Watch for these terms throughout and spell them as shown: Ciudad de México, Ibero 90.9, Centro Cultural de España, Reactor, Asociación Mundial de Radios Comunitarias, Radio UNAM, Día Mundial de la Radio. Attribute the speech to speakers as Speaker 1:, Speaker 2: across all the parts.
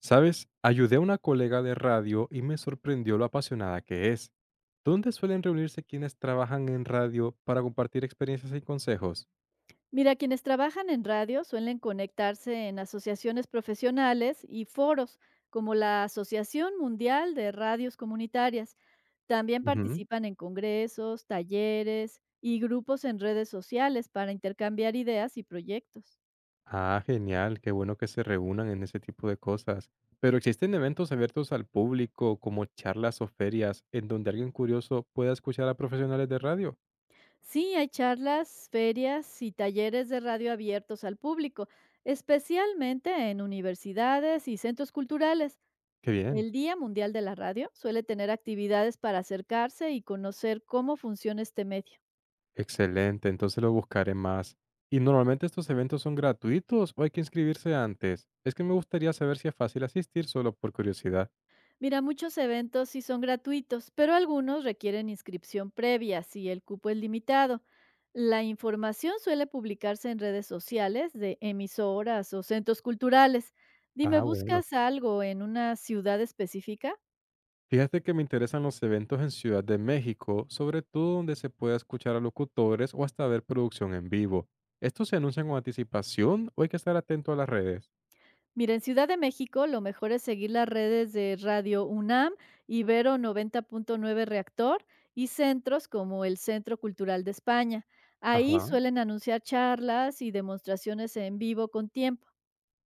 Speaker 1: ¿Sabes? Ayudé a una colega de radio y me sorprendió lo apasionada que es. ¿Dónde suelen reunirse quienes trabajan en radio para compartir experiencias y consejos?
Speaker 2: Mira, quienes trabajan en radio suelen conectarse en asociaciones profesionales y foros, como la Asociación Mundial de Radios Comunitarias. También
Speaker 1: Ujú.
Speaker 2: participan en congresos, talleres y grupos en redes sociales para intercambiar ideas y proyectos.
Speaker 1: Ah, genial, qué bueno que se reúnan en ese tipo de cosas. Pero existen eventos abiertos al público, como charlas o ferias, en donde alguien curioso pueda escuchar a profesionales de radio.
Speaker 2: Sí, hay charlas, ferias y talleres de radio abiertos al público, especialmente en universidades y centros culturales.
Speaker 1: Qué bien.
Speaker 2: El Día Mundial de la Radio suele tener actividades para acercarse y conocer cómo funciona este medio.
Speaker 1: Excelente, entonces lo buscaré más. ¿Y normalmente estos eventos son gratuitos o hay que inscribirse antes? Es que me gustaría saber si es fácil asistir solo por curiosidad.
Speaker 2: Mira, muchos eventos sí son gratuitos, pero algunos requieren inscripción previa si el cupo es limitado. La información suele publicarse en redes sociales de emisoras o centros culturales. Dime,
Speaker 1: Ah, bueno.
Speaker 2: ¿buscas algo en una ciudad específica?
Speaker 1: Fíjate que me interesan los eventos en Ciudad de México, sobre todo donde se pueda escuchar a locutores o hasta ver producción en vivo. ¿Estos se anuncian con anticipación o hay que estar atento a las redes?
Speaker 2: Mira, en Ciudad de México lo mejor es seguir las redes de Radio UNAM, Ibero 90.9 Reactor y centros como el Centro Cultural de España. Ahí
Speaker 1: Ajá.
Speaker 2: suelen anunciar charlas y demostraciones en vivo con tiempo.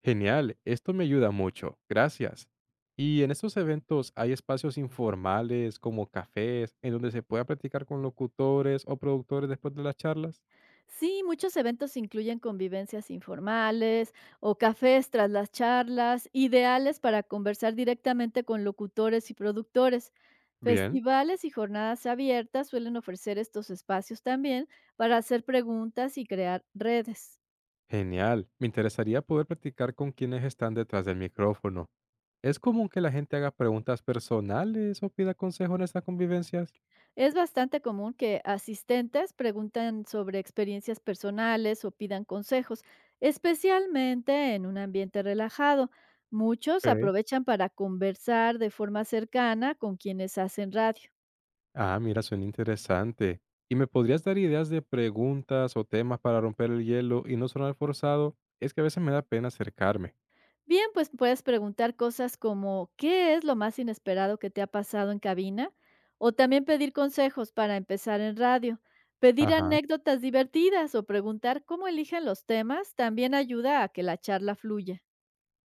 Speaker 1: Genial, esto me ayuda mucho, gracias. ¿Y en estos eventos hay espacios informales como cafés en donde se pueda platicar con locutores o productores después de las charlas?
Speaker 2: Sí, muchos eventos incluyen convivencias informales o cafés tras las charlas, ideales para conversar directamente con locutores y productores.
Speaker 1: Bien,
Speaker 2: Festivales y jornadas abiertas suelen ofrecer estos espacios también para hacer preguntas y crear redes.
Speaker 1: genial. Me interesaría poder platicar con quienes están detrás del micrófono. ¿Es común que la gente haga preguntas personales o pida consejo en estas convivencias?
Speaker 2: Es bastante común que asistentes pregunten sobre experiencias personales o pidan consejos, especialmente en un ambiente relajado. Muchos
Speaker 1: Ok.
Speaker 2: aprovechan para conversar de forma cercana con quienes hacen radio.
Speaker 1: Ah, mira, suena interesante. ¿Y me podrías dar ideas de preguntas o temas para romper el hielo y no sonar forzado? Es que a veces me da pena acercarme.
Speaker 2: Bien, pues puedes preguntar cosas como ¿qué es lo más inesperado que te ha pasado en cabina? O también pedir consejos para empezar en radio. Pedir
Speaker 1: Ajá.
Speaker 2: anécdotas divertidas o preguntar cómo eligen los temas también ayuda a que la charla fluya.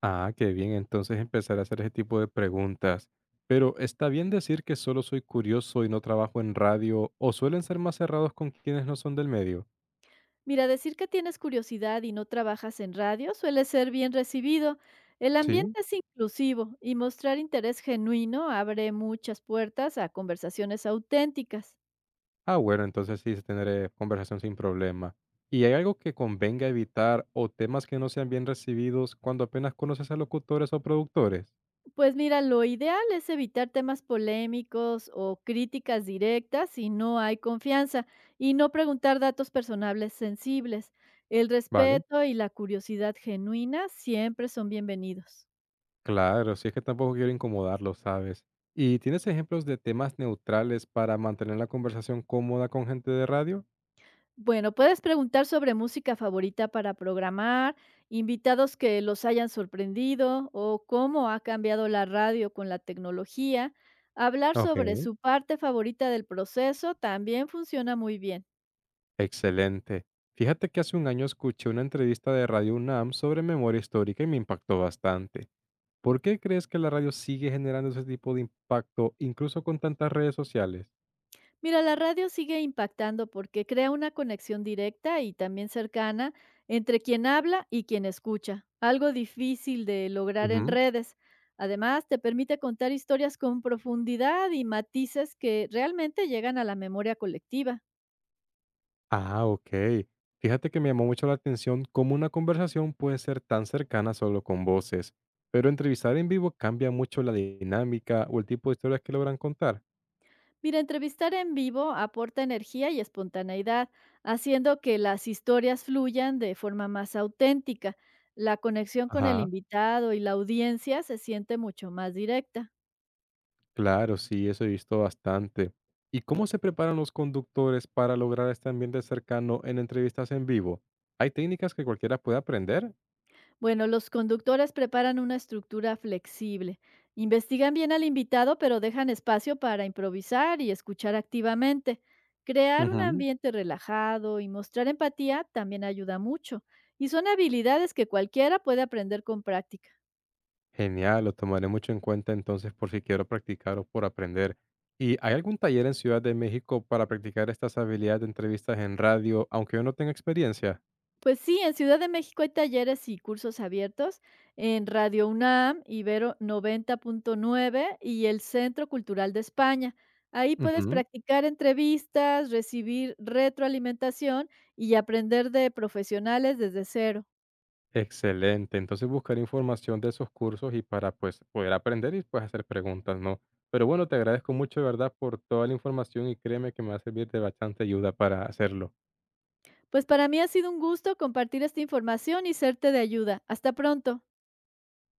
Speaker 1: Ah, qué bien, entonces empezar a hacer ese tipo de preguntas. Pero ¿está bien decir que solo soy curioso y no trabajo en radio o suelen ser más cerrados con quienes no son del medio?
Speaker 2: Mira, decir que tienes curiosidad y no trabajas en radio suele ser bien recibido. El ambiente
Speaker 1: Sí.
Speaker 2: es inclusivo y mostrar interés genuino abre muchas puertas a conversaciones auténticas.
Speaker 1: Ah, bueno, entonces sí, tendré conversación sin problema. ¿Y hay algo que convenga evitar o temas que no sean bien recibidos cuando apenas conoces a locutores o productores?
Speaker 2: Pues mira, lo ideal es evitar temas polémicos o críticas directas si no hay confianza y no preguntar datos personales sensibles. El
Speaker 1: Vale.
Speaker 2: respeto y la curiosidad genuina siempre son bienvenidos.
Speaker 1: Claro, si es que tampoco quiero incomodarlos, ¿sabes? ¿Y tienes ejemplos de temas neutrales para mantener la conversación cómoda con gente de radio?
Speaker 2: Bueno, puedes preguntar sobre música favorita para programar, invitados que los hayan sorprendido o cómo ha cambiado la radio con la tecnología. Hablar sobre
Speaker 1: Ok.
Speaker 2: su parte favorita del proceso también funciona muy bien.
Speaker 1: Excelente. Fíjate que hace un año escuché una entrevista de Radio UNAM sobre memoria histórica y me impactó bastante. ¿Por qué crees que la radio sigue generando ese tipo de impacto incluso con tantas redes sociales?
Speaker 2: Mira, la radio sigue impactando porque crea una conexión directa y también cercana entre quien habla y quien escucha, algo difícil de lograr en
Speaker 1: Ujú.
Speaker 2: redes. Además, te permite contar historias con profundidad y matices que realmente llegan a la memoria colectiva.
Speaker 1: Ah, ok. Fíjate que me llamó mucho la atención cómo una conversación puede ser tan cercana solo con voces, pero entrevistar en vivo cambia mucho la dinámica o el tipo de historias que logran contar.
Speaker 2: Mira, entrevistar en vivo aporta energía y espontaneidad, haciendo que las historias fluyan de forma más auténtica. La conexión con el
Speaker 1: Ajá.
Speaker 2: invitado y la audiencia se siente mucho más directa.
Speaker 1: Claro, sí, eso he visto bastante. ¿Y cómo se preparan los conductores para lograr este ambiente cercano en entrevistas en vivo? ¿Hay técnicas que cualquiera puede aprender?
Speaker 2: Bueno, los conductores preparan una estructura flexible. Investigan bien al invitado, pero dejan espacio para improvisar y escuchar activamente. Crear un
Speaker 1: Ujú.
Speaker 2: ambiente relajado y mostrar empatía también ayuda mucho. Y son habilidades que cualquiera puede aprender con práctica.
Speaker 1: Genial, lo tomaré mucho en cuenta entonces por si quiero practicar o por aprender. ¿Y hay algún taller en Ciudad de México para practicar estas habilidades de entrevistas en radio, aunque yo no tenga experiencia?
Speaker 2: Pues sí, en Ciudad de México hay talleres y cursos abiertos en Radio UNAM, Ibero 90.9 y el Centro Cultural de España. Ahí puedes
Speaker 1: Ujú.
Speaker 2: practicar entrevistas, recibir retroalimentación y aprender de profesionales desde cero.
Speaker 1: Excelente. Entonces buscar información de esos cursos y para pues poder aprender y pues hacer preguntas, ¿no? Pero bueno, te agradezco mucho de verdad por toda la información y créeme que me va a servir de bastante ayuda para hacerlo.
Speaker 2: Pues para mí ha sido un gusto compartir esta información y serte de ayuda. Hasta pronto.